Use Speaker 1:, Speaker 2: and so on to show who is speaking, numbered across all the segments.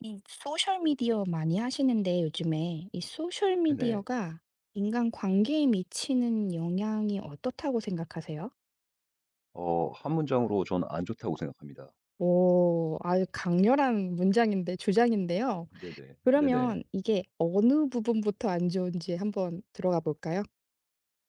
Speaker 1: 이 소셜 미디어 많이 하시는데 요즘에 이 소셜
Speaker 2: 네네.
Speaker 1: 미디어가 인간 관계에 미치는 영향이 어떻다고 생각하세요?
Speaker 2: 한 문장으로 저는 안 좋다고 생각합니다.
Speaker 1: 오, 아주 강렬한 문장인데 주장인데요.
Speaker 2: 네네. 네네.
Speaker 1: 그러면 이게 어느 부분부터 안 좋은지 한번 들어가 볼까요?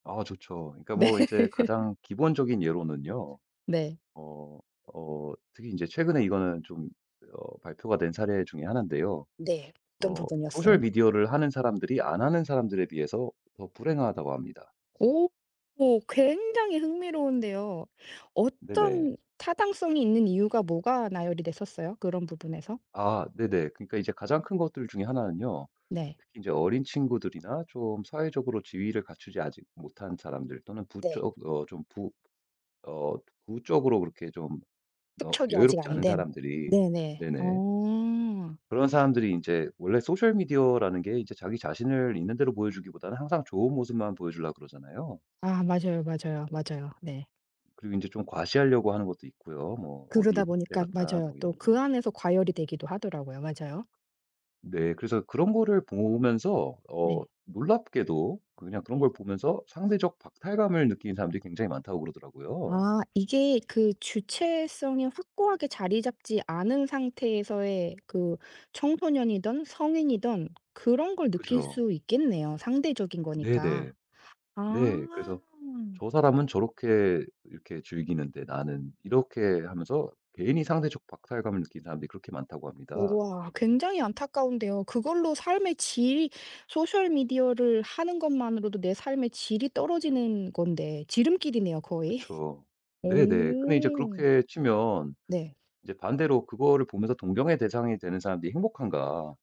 Speaker 2: 아 좋죠. 그러니까 뭐
Speaker 1: 네.
Speaker 2: 이제 가장 기본적인 예로는요.
Speaker 1: 네.
Speaker 2: 어 특히 이제 최근에 이거는 좀 발표가 된 사례 중에 하나인데요.
Speaker 1: 네. 어떤
Speaker 2: 소셜
Speaker 1: 부분이었어요?
Speaker 2: 미디어를 하는 사람들이 안 하는 사람들에 비해서 더 불행하다고 합니다.
Speaker 1: 오, 오, 굉장히 흥미로운데요.
Speaker 2: 네네.
Speaker 1: 어떤 타당성이 있는 이유가 뭐가 나열이 됐었어요? 그런 부분에서?
Speaker 2: 아 네네. 그러니까 이제 가장 큰 것들 중에 하나는요.
Speaker 1: 네.
Speaker 2: 특히 이제 어린 친구들이나 좀 사회적으로 지위를 갖추지 아직 못한 사람들 또는 부쩍 어좀부 어 그쪽으로 그렇게 좀 너
Speaker 1: 축척이 아직
Speaker 2: 여유롭지
Speaker 1: 안
Speaker 2: 않은
Speaker 1: 된.
Speaker 2: 사람들이
Speaker 1: 네네.
Speaker 2: 네네.
Speaker 1: 어.
Speaker 2: 그런 사람들이 이제 원래 소셜 미디어라는 게 이제 자기 자신을 있는 대로 보여주기보다는 항상 좋은 모습만 보여주려고 그러잖아요.
Speaker 1: 아 맞아요, 맞아요, 맞아요. 네.
Speaker 2: 그리고 이제 좀 과시하려고 하는 것도 있고요. 뭐 어디 에
Speaker 1: 그러다
Speaker 2: 호텔에
Speaker 1: 보니까
Speaker 2: 갔다
Speaker 1: 맞아요.
Speaker 2: 뭐
Speaker 1: 또
Speaker 2: 이런 거.
Speaker 1: 그 안에서 과열이 되기도 하더라고요. 맞아요.
Speaker 2: 네. 그래서 그런 거를 보면서
Speaker 1: 네.
Speaker 2: 놀랍게도 그냥 그런
Speaker 1: 네.
Speaker 2: 걸 보면서 상대적 박탈감을 느끼는 사람들이 굉장히 많다고 그러더라고요.
Speaker 1: 아 이게 그 주체성이 확고하게 자리 잡지 않은 상태에서의 그 청소년이든 성인이든 그런 걸 느낄
Speaker 2: 그죠.
Speaker 1: 수 있겠네요 상대적인
Speaker 2: 네네.
Speaker 1: 거니까. 아.
Speaker 2: 네. 그래서 '저 사람은 저렇게 이렇게 즐기는데 나는' 이렇게 하면서 개인이 상대적 박탈감을 느끼는 사람들이 그렇게 많다고 합니다.
Speaker 1: 우와 굉장히 안타까운데요. 그걸로 삶의 질이 소셜 미디어를 하는 것만으로도 내 삶의 질이 떨어지는 건데 지름길이네요 거의.
Speaker 2: 그쵸. 네네. 근데 이제
Speaker 1: 오.
Speaker 2: 그렇게 치면
Speaker 1: 네.
Speaker 2: 이제 반대로 그거를 보면서 동경의 대상이 되는 사람들이 행복한가.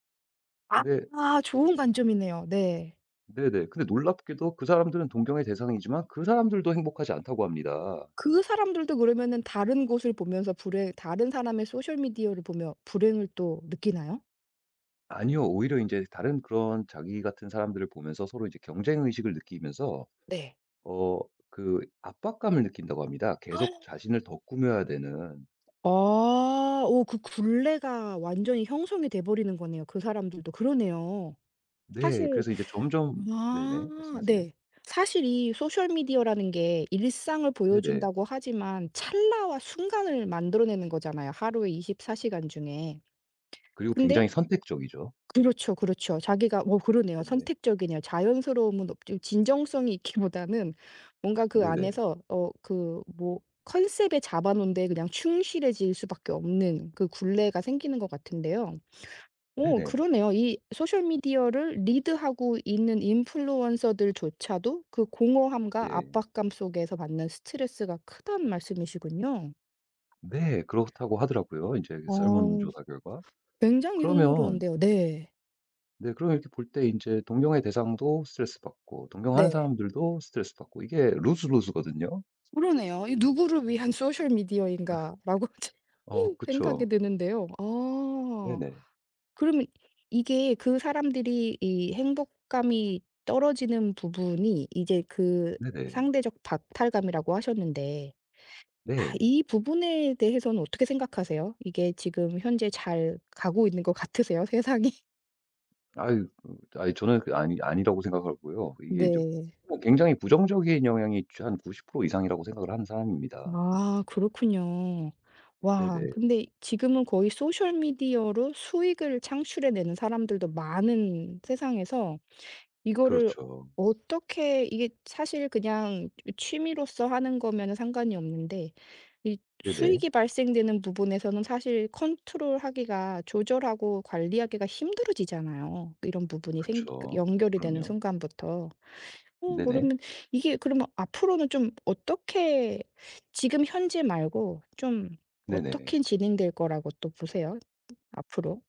Speaker 2: 근데
Speaker 1: 아 좋은 관점이네요. 네.
Speaker 2: 네네. 근데 놀랍게도 그 사람들은 동경의 대상이지만 그 사람들도 행복하지 않다고 합니다.
Speaker 1: 그 사람들도 그러면은 다른 곳을 보면서 불행 다른 사람의 소셜 미디어를 보며 불행을 또 느끼나요?
Speaker 2: 아니요. 오히려 이제 다른 그런 자기 같은 사람들을 보면서 서로 이제 경쟁 의식을 느끼면서
Speaker 1: 네.
Speaker 2: 어 그 압박감을 느낀다고 합니다. 계속 자신을 더 꾸며야 되는.
Speaker 1: 아. 오 그 굴레가 완전히 형성이 돼 버리는 거네요 그 사람들도. 그러네요.
Speaker 2: 네.
Speaker 1: 사실
Speaker 2: 그래서 이제 점점 네네.
Speaker 1: 아
Speaker 2: 말씀하세요.
Speaker 1: 네. 사실 이 소셜 미디어라는 게 일상을
Speaker 2: 네네.
Speaker 1: 보여준다고 하지만 찰나와 순간을 만들어내는 거잖아요, 하루이24 시간 중에.
Speaker 2: 그리고
Speaker 1: 근데
Speaker 2: 굉장히 선택적이죠.
Speaker 1: 그렇죠, 그렇죠. 자기가 뭐 그러네요.
Speaker 2: 네네.
Speaker 1: 선택적이네요. 자연스러움은 없죠. 진정성이 있기보다는 뭔가 그
Speaker 2: 네네.
Speaker 1: 안에서 그 뭐 컨셉에 잡아 놓은 데 그냥 충실해질 수밖에 없는 그 굴레가 생기는 것 같은데요. 오,
Speaker 2: 네네.
Speaker 1: 그러네요. 이 소셜미디어를 리드하고 있는 인플루언서들조차도 그 공허함과
Speaker 2: 네.
Speaker 1: 압박감 속에서 받는 스트레스가 크다는 말씀이시군요.
Speaker 2: 네. 그렇다고 하더라고요, 이제
Speaker 1: 어,
Speaker 2: 설문조사 결과.
Speaker 1: 굉장히
Speaker 2: 그러면
Speaker 1: 흥미로운데요. 네.
Speaker 2: 네 그러면 이렇게 볼 때 이제 동경의 대상도 스트레스 받고 동경하는
Speaker 1: 네.
Speaker 2: 사람들도 스트레스 받고 이게 루즈 루즈거든요.
Speaker 1: 그러네요. 이 '누구를 위한 소셜미디어인가.'라고 생각이
Speaker 2: 그쵸.
Speaker 1: 드는데요. 아.
Speaker 2: 네네.
Speaker 1: 그러면 이게 그 사람들이 이 행복감이 떨어지는 부분이 이제 그
Speaker 2: 네네.
Speaker 1: 상대적 박탈감이라고 하셨는데 아,
Speaker 2: 네.
Speaker 1: 이 부분에 대해서는 어떻게 생각하세요? 이게 지금 현재 잘 가고 있는 것 같으세요, 세상이?
Speaker 2: 아유 아니 저는 그 아니 아니라고 생각하고요. 이게 이제
Speaker 1: 네.
Speaker 2: 뭐 굉장히 부정적인 영향이 한 90% 이상이라고 생각을 하는 사람입니다.
Speaker 1: 아 그렇군요. 와
Speaker 2: 네네.
Speaker 1: 근데 지금은 거의 소셜 미디어로 수익을 창출해 내는 사람들도 많은 세상에서 이거를
Speaker 2: 그렇죠.
Speaker 1: 어떻게 이게 사실 그냥 취미로서 하는 거면은 상관이 없는데 이
Speaker 2: 네네.
Speaker 1: 수익이 발생되는 부분에서는 사실 컨트롤하기가 조절하고 관리하기가 힘들어지잖아요. 이런 부분이
Speaker 2: 그렇
Speaker 1: 생 그
Speaker 2: 죠
Speaker 1: 연결이 되는
Speaker 2: 그럼요.
Speaker 1: 순간부터.
Speaker 2: 네네.
Speaker 1: 그러면 이게 그러면 앞으로는 좀 어떻게 지금 현재 말고 좀
Speaker 2: 네네.
Speaker 1: 어떻게 진행될 거라고 또 보세요? 앞으로?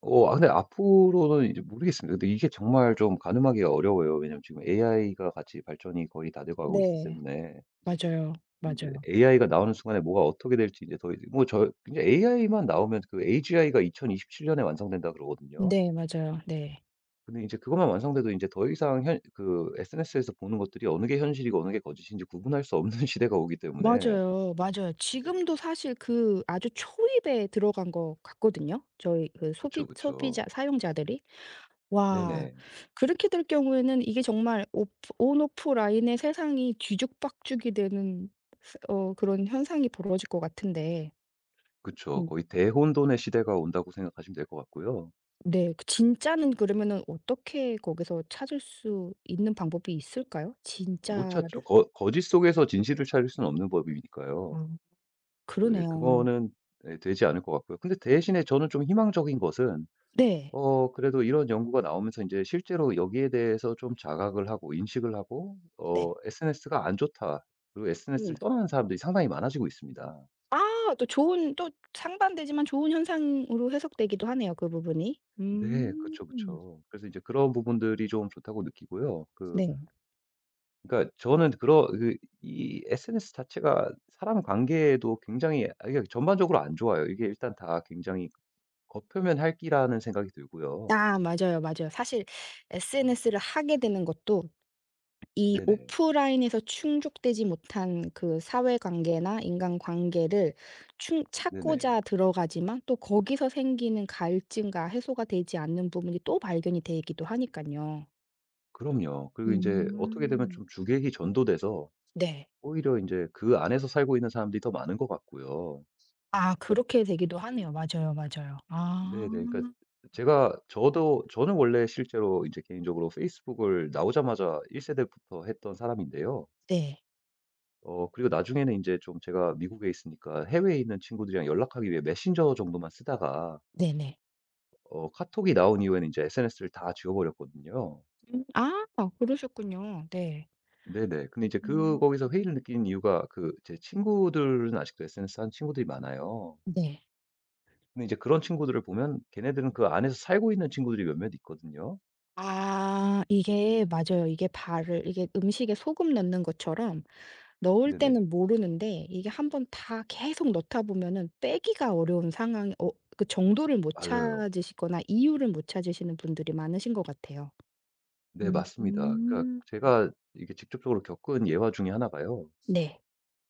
Speaker 2: 근데 앞으로는 이제 모르겠습니다. 근데 이게 정말 좀 가늠하기가 어려워요. 왜냐면 지금 AI가 같이 발전이 거의 다되 되고 가고 있기
Speaker 1: 네.
Speaker 2: 때문에
Speaker 1: 맞아요.
Speaker 2: 이제
Speaker 1: 맞아요.
Speaker 2: AI가 나오는 순간에 뭐가 어떻게 될지 이제 더 이제 뭐 저 이제 AI만 나오면 그 AGI가 2027 년에 완성된다 그러거든요.
Speaker 1: 네 맞아요. 네.
Speaker 2: 근데 이제 그것만 완성돼도 이제 더 이상 현 그 SNS에서 보는 것들이 어느 게 현실이고 어느 게 거짓인지 구분할 수 없는 시대가 오기 때문에
Speaker 1: 맞아요. 맞아요.
Speaker 2: 네.
Speaker 1: 지금도 사실 그 아주 초입에 들어간 것 같거든요. 저희 그
Speaker 2: 그쵸,
Speaker 1: 소비자
Speaker 2: 그쵸.
Speaker 1: 사용자들이. 와
Speaker 2: 네네.
Speaker 1: 그렇게 될 경우에는 이게 정말 오프 온 오프 라인의 세상이 뒤죽박죽이 되는 어 그런 현상이 벌어질 것 같은데
Speaker 2: 그쵸.
Speaker 1: 음
Speaker 2: 거의 대혼돈의 시대가 온다고 생각하시면 될 것 같고요.
Speaker 1: 네 그 진짜는 그러면은 어떻게 거기서 찾을 수 있는 방법이 있을까요?
Speaker 2: 못 찾죠.
Speaker 1: 진짜를?
Speaker 2: 거 거짓 속에서 진실을 찾을 수는 없는 법이니까요.
Speaker 1: 아
Speaker 2: 그 예
Speaker 1: 그러네요.
Speaker 2: 그거는 예 되지 않을 것 같고요. 근데 대신에 저는 좀 희망적인 것은
Speaker 1: 네.
Speaker 2: 그래도 이런 연구가 나오면서 이제 실제로 여기에 대해서 좀 자각을 하고 인식을 하고
Speaker 1: 네.
Speaker 2: 'SNS가 안 좋다.' 그리고
Speaker 1: 음.
Speaker 2: 'SNS를 떠나는 사람들이 상당히 많아지고 있습니다.'
Speaker 1: 아 또 좋은 또 상반되지만 좋은 현상으로 해석되기도 하네요, 그 부분이.
Speaker 2: 네.
Speaker 1: 음.
Speaker 2: 그쵸, 그쵸. 그래서 이제 그런 부분들이 좀 좋다고 느끼고요.
Speaker 1: 네.
Speaker 2: 그러니까 저는 그런 그 이 SNS 자체가 사람 관계에도 굉장히 이게 전반적으로 안 좋아요. 이게 일단 다 굉장히 겉표면 핥기라는 생각이 들고요.
Speaker 1: 아 맞아요, 맞아요. 사실 SNS를 하게 되는 것도 이
Speaker 2: 네네.
Speaker 1: 오프라인에서 충족되지 못한 그 사회관계나 인간관계를 충
Speaker 2: 네네.
Speaker 1: 찾고자 들어가지만 또 거기서 생기는 갈증과 해소가 되지 않는 부분이 또 발견이 되기도 하니까요
Speaker 2: 그럼요. 그리고 이제 어떻게 되면
Speaker 1: 음.
Speaker 2: 좀 주객이 전도돼서
Speaker 1: 네.
Speaker 2: 오히려 인제 그 안에서 살고 있는 사람들이 더 많은 것 같고요.
Speaker 1: 아 그 그렇게 되기도 하네요. 맞아요, 맞아요.
Speaker 2: 네네.
Speaker 1: 아.
Speaker 2: 그러니까 제가 저도 저는 원래 실제로 인제 개인적으로 페이스북을 나오자마자 1 세대부터 했던 사람인데요.
Speaker 1: 네.
Speaker 2: 그리고 나중에는 인제 좀 제가 미국에 있으니까 해외에 있는 친구들이랑 연락하기 위해 메신저 정도만 쓰다가
Speaker 1: 네네.
Speaker 2: 카톡이 나온 이후에는 인제 SNS를 다 지워버렸거든요.
Speaker 1: 음. 아 그러셨군요. 네.
Speaker 2: 네네. 근데 이제 그
Speaker 1: 음.
Speaker 2: 거기서 회의를 느낀 이유가 그 제 친구들은 아직도 SNS 하는 친구들이 많아요.
Speaker 1: 네.
Speaker 2: 근데 이제 그런 친구들을 보면 걔네들은 그 안에서 살고 있는 친구들이 몇몇 있거든요.
Speaker 1: 아 이게 맞아요. 이게 발을 이게 음식에 소금 넣는 것처럼 넣을
Speaker 2: 네네.
Speaker 1: 때는 모르는데 이게 한번 다
Speaker 2: 어
Speaker 1: 계속 넣다 보면은 빼기가 어려운 상황 어 그 정도를 못
Speaker 2: 맞아요.
Speaker 1: 찾으시거나 이유를 못 찾으시는 분들이 많으신 것 같아요.
Speaker 2: 네 맞습니다. 그러니까
Speaker 1: 음.
Speaker 2: 제가 이게 직접적으로 겪은 예화 중에 하나가요.
Speaker 1: 네.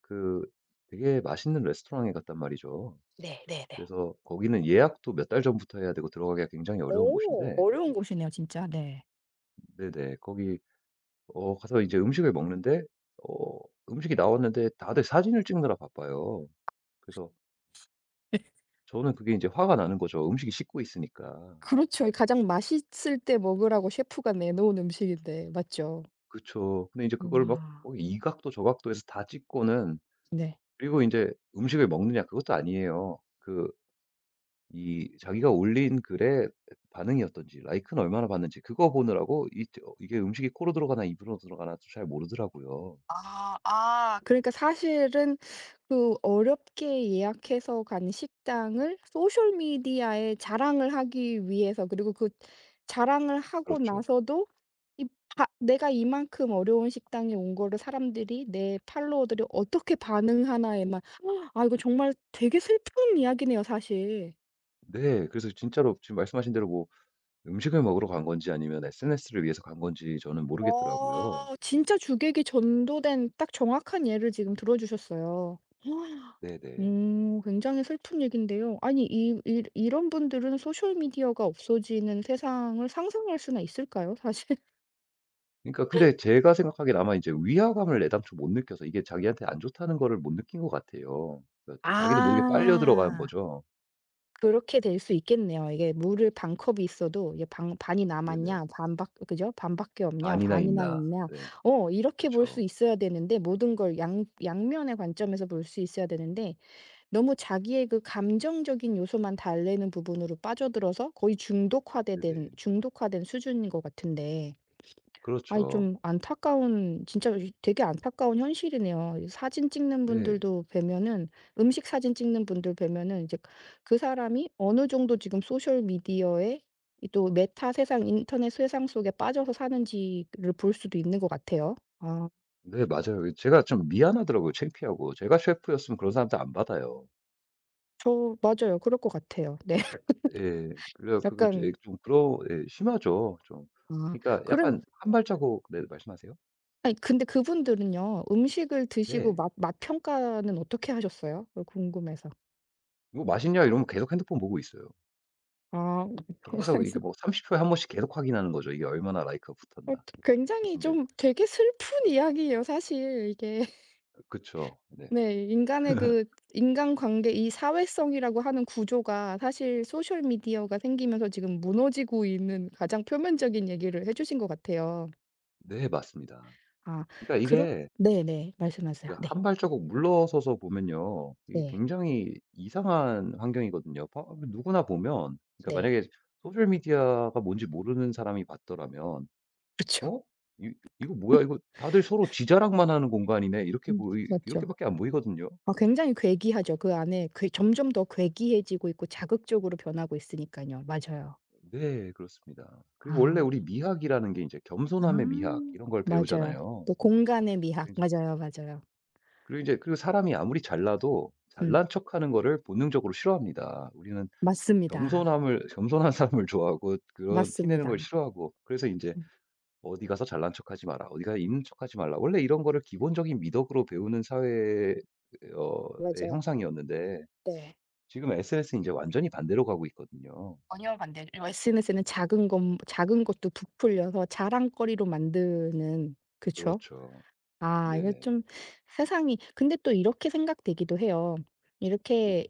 Speaker 2: 그 되게 맛있는 레스토랑에 갔단 말이죠.
Speaker 1: 네네네.
Speaker 2: 그래서 거기는 예약도 몇 달 전부터 해야 되고 들어가기가 굉장히 어려운
Speaker 1: 오
Speaker 2: 곳인데
Speaker 1: 어려운 곳이네요 진짜. 네.
Speaker 2: 네네. 거기 가서 이제 음식을 먹는데 어 음식이 나왔는데 다들 사진을 찍느라 바빠요. 그래서 저는 그게 이제 화가 나는 거죠, 음식이 식고 있으니까.
Speaker 1: 그렇죠. 가장 맛있을 때 먹으라고 셰프가 내놓은 음식인데. 맞죠?
Speaker 2: 그쵸. 근데 이제 그걸 막
Speaker 1: 와
Speaker 2: 이 각도 저 각도에서 다 찍고는
Speaker 1: 네.
Speaker 2: 그리고 이제 음식을 먹느냐 그것도 아니에요. 그 이 자기가 올린 글에 반응이 어떤지 라이크는 얼마나 받는지 그거 보느라고 이게 음식이 코로 들어가나 입으로 들어가나 잘 모르더라고요.
Speaker 1: 아 아. 그러니까 사실은 그 어렵게 예약해서 간 식당을 소셜 미디어에 자랑을 하기 위해서 그리고 그 자랑을 하고
Speaker 2: 그렇죠.
Speaker 1: 나서도 이 바 내가 이만큼 어려운 식당에 온 거를 사람들이 내 팔로워들이 어떻게 반응하나에만 아 이거 정말 되게 슬픈 이야기네요 사실.
Speaker 2: 네. 그래서 진짜로 지금 말씀하신 대로 뭐 음식을 먹으러 간 건지 아니면 SNS를 위해서 간 건지 저는 모르겠더라고요.
Speaker 1: 어 진짜 주객이 전도된 딱 정확한 예를 지금 들어 주셨어요.
Speaker 2: 네네.
Speaker 1: 굉장히 슬픈 얘긴데요. 아니 이 이 이런 분들은 소셜 미디어가 없어지는 세상을 상상할 수나 있을까요? 사실.
Speaker 2: 그러니까 근데 제가 생각하기엔 아마 이제 위화감을 애당초 못 느껴서 이게 자기한테 안 좋다는 거를 못 느낀 것 같아요. 그러니까 자기도 모르게 빨려 들어간
Speaker 1: 아.
Speaker 2: 거죠.
Speaker 1: 그렇게 될 수 있겠네요. 이게 물을 반 컵이 있어도 이게 반 '반이
Speaker 2: 네네.
Speaker 1: 남았냐? 반밖' 그죠? '반밖에 없냐?
Speaker 2: 아니나
Speaker 1: 반이나
Speaker 2: 있나.
Speaker 1: 있냐?'
Speaker 2: 네.
Speaker 1: 어
Speaker 2: 그
Speaker 1: 이렇게 볼 수
Speaker 2: 죠
Speaker 1: 있어야 되는데 모든 걸 양 양면의 관점에서 볼 수 있어야 되는데 너무 자기의 그 감정적인 요소만 달래는 부분으로 빠져들어서 거의
Speaker 2: 네네.
Speaker 1: 중독화된 수준인 것 같은데 아이
Speaker 2: 그렇죠.
Speaker 1: 좀 안타까운 진짜 되게 안타까운 현실이네요. 이 사진 찍는
Speaker 2: 네.
Speaker 1: 분들도 뵈면은 음식 사진 찍는 분들 뵈면은 이제 그 사람이 어느 정도 지금 소셜 미디어에 이또 메타 세상 인터넷 세상 속에 빠져서 사는지를 볼 수도 있는 것 같아요. 아
Speaker 2: 네 맞아요. 그 제가 좀 미안하더라고요, 창피하고. 제가 셰프였으면 그런 사람들 안 받아요.
Speaker 1: 저 맞아요. 그럴 것 같아요. 네.
Speaker 2: 예. 그래 갖그예
Speaker 1: 약간
Speaker 2: 좀 그러 예 심하죠, 좀.
Speaker 1: 아
Speaker 2: 그러니까
Speaker 1: 그러면
Speaker 2: 약간 한 발자국 네 말씀하세요.
Speaker 1: 아니 근데 그분들은요 음식을 드시고
Speaker 2: 네.
Speaker 1: 맛 평가는 어떻게 하셨어요? 그거 궁금해서.
Speaker 2: "이거 맛있냐?" 이러면 계속 핸드폰 보고 있어요.
Speaker 1: 아
Speaker 2: 계속
Speaker 1: 아니
Speaker 2: 이게 뭐 30 초에 한 번씩 계속 확인하는 거죠. 이게 얼마나 라이크가
Speaker 1: 어
Speaker 2: 붙었나. 그래서
Speaker 1: 굉장히
Speaker 2: 인제
Speaker 1: 좀 되게 슬픈 이야기예요 사실 이게.
Speaker 2: 그쵸. 네.
Speaker 1: 네. 인간의 그 인간관계 이 사회성이라고 하는 구조가 사실 소셜 미디어가 생기면서 지금 무너지고 있는 가장 표면적인 얘기를 해 주신 것 같아요.
Speaker 2: 네 맞습니다.
Speaker 1: 아
Speaker 2: 그러니까
Speaker 1: 그런
Speaker 2: 이게
Speaker 1: 네네. 말씀하세요.
Speaker 2: 그
Speaker 1: 네.
Speaker 2: 한 발자국 물러서서 보면요. 이게
Speaker 1: 네.
Speaker 2: 굉장히 이상한 환경이거든요. 봐 누구나 보면 그러니까
Speaker 1: 네.
Speaker 2: 만약에 소셜 미디어가 뭔지 모르는 사람이 봤더라면
Speaker 1: 그렇죠.
Speaker 2: '어? 이 이거 뭐야? 이거 다들 서로 지 자랑만 하는 공간이네.' 이렇게
Speaker 1: 음
Speaker 2: 보이 이렇게
Speaker 1: 맞죠.
Speaker 2: 밖에 안 보이거든요.
Speaker 1: 어 굉장히 괴기하죠. 그 안에 괴 점점 더 괴기해지고 있고 자극적으로 변하고 있으니까요 맞아요.
Speaker 2: 네 그렇습니다. 그리고 원래
Speaker 1: 아.
Speaker 2: 우리 미학이라는 게 인제
Speaker 1: 아.
Speaker 2: 겸손함의 미학 이런 걸
Speaker 1: 맞아요.
Speaker 2: 배우잖아요.
Speaker 1: 또 공간의 미학.
Speaker 2: 제
Speaker 1: 맞아요, 맞아요.
Speaker 2: 그리고 이제그 사람이 아무리 잘나도
Speaker 1: 음.
Speaker 2: 잘난 척하는 거를 본능적으로 싫어합니다. 우리는
Speaker 1: 맞습니다.
Speaker 2: 겸손함을 겸손한 사람을 좋아하고 그런 티 내는 걸
Speaker 1: 맞습니다.
Speaker 2: 싫어하고 그래서 이제
Speaker 1: 음.
Speaker 2: "어디 가서 잘난 척하지 마라. 어디 가서 있는 척하지 말라." 원래 이런 거를 기본적인 미덕으로 배우는 사회의 어 의
Speaker 1: 맞아요.
Speaker 2: 형상이었는데
Speaker 1: 네.
Speaker 2: 지금 SNS는 제 완전히 반대로 가고 있거든요.
Speaker 1: 전혀 반대죠. SNS는 작은 것도 부풀려서 자랑거리로 만드는 그쵸?
Speaker 2: 그렇죠.
Speaker 1: 아 이거
Speaker 2: 네네.
Speaker 1: 좀 세상이 근데 또 이렇게 생각되기도 해요.
Speaker 2: 네네.
Speaker 1: 이렇게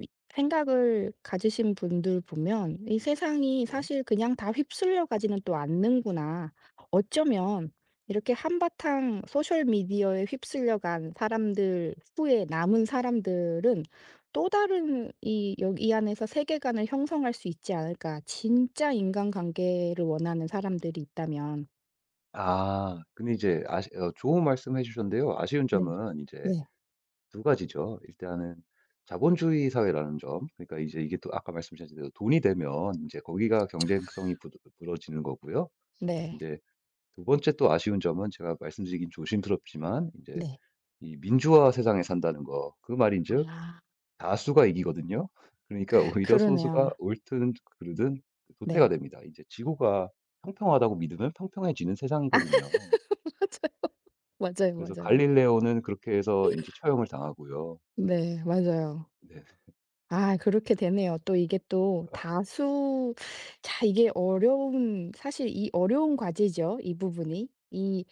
Speaker 1: 이 생각을 가지신 분들 보면 '이 세상이
Speaker 2: 네.
Speaker 1: 사실 그냥 다 휩쓸려 가지는 또 않는구나.' 어쩌면 이렇게 한바탕 소셜 미디어에 휩쓸려 간 사람들 후에 남은 사람들은 또 다른 이 여기 안에서 세계관을 형성할 수 있지 않을까. 진짜 인간관계를 원하는 사람들이 있다면.
Speaker 2: 아 근데 이제 아쉬 어 좋은 말씀 해 주셨는데요. 아쉬운
Speaker 1: 네.
Speaker 2: 점은 이제
Speaker 1: 네.
Speaker 2: 두 가지죠. 일단은 자본주의 사회라는 점. 그러니까 이제 이게 또 아까 말씀하신 대로 돈이 되면 이제 거기가 경쟁성이 부 부러지는 거고요. 이
Speaker 1: 네.
Speaker 2: 제 두 번째 또 아쉬운 점은 제가 말씀드리긴 조심스럽지만 이제
Speaker 1: 네.
Speaker 2: 이 민주화 세상에 산다는 거. 그 말인즉
Speaker 1: 아
Speaker 2: 다수가 이기거든요. 그러니까 오히려 소수가
Speaker 1: 그러네요.
Speaker 2: 옳든 그르든 도태가
Speaker 1: 네.
Speaker 2: 됩니다. 이제 지구가 평평하다고 믿으면 평평해지는 세상이거든요.
Speaker 1: 맞아요,
Speaker 2: 그래서
Speaker 1: 맞아요, 맞아요.
Speaker 2: 갈릴레오는 그렇게 해서 이제 처형을 당하고요.
Speaker 1: 네 맞아요.
Speaker 2: 네.
Speaker 1: 아 그렇게 되네요. 또 이게 또 다수 자 이게 어려운 사실 이 어려운 과제죠, 이 부분이. 이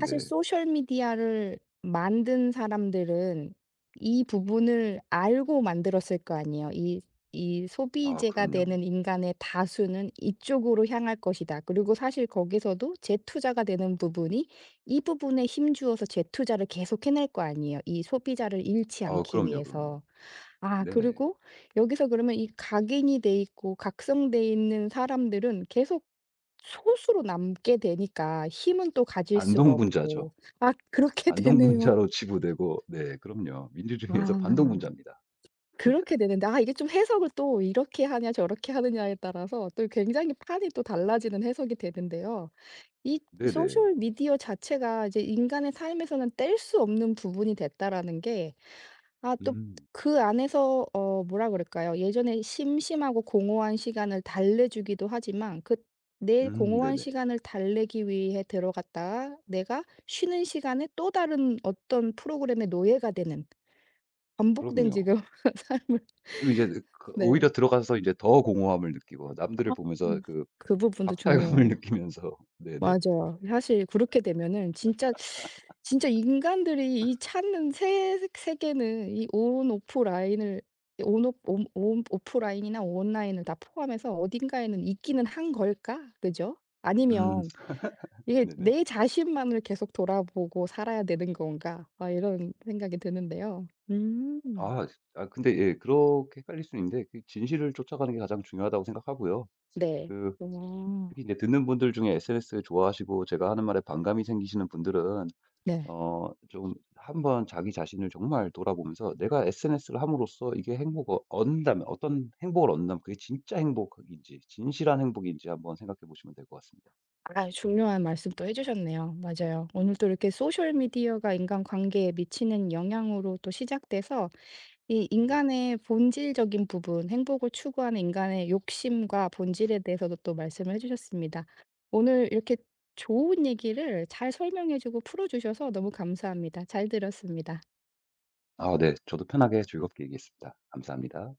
Speaker 1: 사실 소셜 미디어를 만든 사람들은 이 부분을 알고 만들었을 거 아니에요. 이
Speaker 2: 아
Speaker 1: 소비재가
Speaker 2: 그럼요.
Speaker 1: 되는 인간의 다수는 이쪽으로 향할 것이다. 그리고 사실 거기서도 재투자가 되는 부분이 이 부분에 힘주어서 재투자를 계속 해낼 거 아니에요, 이 소비자를 잃지 않기
Speaker 2: 그럼요, 그럼요.
Speaker 1: 위해서. 아
Speaker 2: 네네.
Speaker 1: 그리고 여기서 그러면 이 각인이 돼 있고 각성돼 있는 사람들은 계속 소수로 남게 되니까 힘은 또 가질 수가
Speaker 2: 반동분자죠.
Speaker 1: 없고 아 그렇게 되네요.
Speaker 2: 반동분자로 치부되고 네 그럼요.
Speaker 1: 아
Speaker 2: 민주주의에서 반동분자입니다.
Speaker 1: 그렇게 되는데 아 이게 좀 해석을 또 이렇게 하냐 저렇게 하느냐에 따라서 또 굉장히 판이 또 달라지는 해석이 되는데요. 이
Speaker 2: 네네.
Speaker 1: 소셜 미디어 자체가 이제 인간의 삶에서는 뗄 수 없는 부분이 됐다라는 게 아 또
Speaker 2: 음.
Speaker 1: 그 안에서 어 뭐라 그럴까요? 예전에 심심하고 공허한 시간을 달래주기도 하지만 그 내 공허한
Speaker 2: 네네.
Speaker 1: 시간을 달래기 위해 들어갔다가 내가 쉬는 시간에 또 다른 어떤 프로그램의 노예가 되는 반복된
Speaker 2: 그럼요.
Speaker 1: 지금 삶을
Speaker 2: 그리고 이제 그
Speaker 1: 네.
Speaker 2: 오히려 들어가서 이제 더 공허함을 느끼고 남들을 보면서
Speaker 1: 음.
Speaker 2: 그
Speaker 1: 그 부분도
Speaker 2: 박탈감을
Speaker 1: 중요해요.
Speaker 2: 느끼면서 네네.
Speaker 1: 맞아요. 사실 그렇게 되면은 진짜 진짜 인간들이 이 찾는 새 세계는 이 온 오프 라인을 온 온 오프 라인이나 온라인을 다 포함해서 어딘가에는 있기는 한 걸까? 그죠?
Speaker 2: 음
Speaker 1: 아니면 이게
Speaker 2: 네네.
Speaker 1: '내 자신만을 계속 돌아보고 살아야 되는 건가?' 아 이런 생각이 드는데요. 음.
Speaker 2: 아 근데 예 그렇게 헷갈릴 수 있는데 그 진실을 쫓아가는 게 가장 중요하다고 생각하고요.
Speaker 1: 네.
Speaker 2: 그
Speaker 1: 어.
Speaker 2: 특히 이제 듣는 분들 중에 SNS 좋아하시고 제가 하는 말에 반감이 생기시는 분들은
Speaker 1: 네.
Speaker 2: 좀 한번 자기 자신을 정말 돌아보면서 내가 SNS를 함으로써 이게 행복을 얻는다면 어떤 행복을 얻는다면 그게 진짜 행복인지 진실한 행복인지 한번 생각해 보시면 될 것 같습니다.
Speaker 1: 아 중요한 말씀 또 해 주셨네요. 맞아요. 오늘 또 이렇게 소셜 미디어가 인간 관계에 미치는 영향으로 또 시작돼서 이
Speaker 2: 네,
Speaker 1: 인간의 본질적인 부분, 행복을 추구하는 인간의 욕심과 본질에 대해서도 또 말씀을 해 주셨습니다. 오늘 이렇게 좋은 얘기를 잘 설명해 주고 풀어 주셔서 너무 감사합니다. 잘 들었습니다.
Speaker 2: 아 네. 저도 편하게 즐겁게 얘기했습니다. 감사합니다.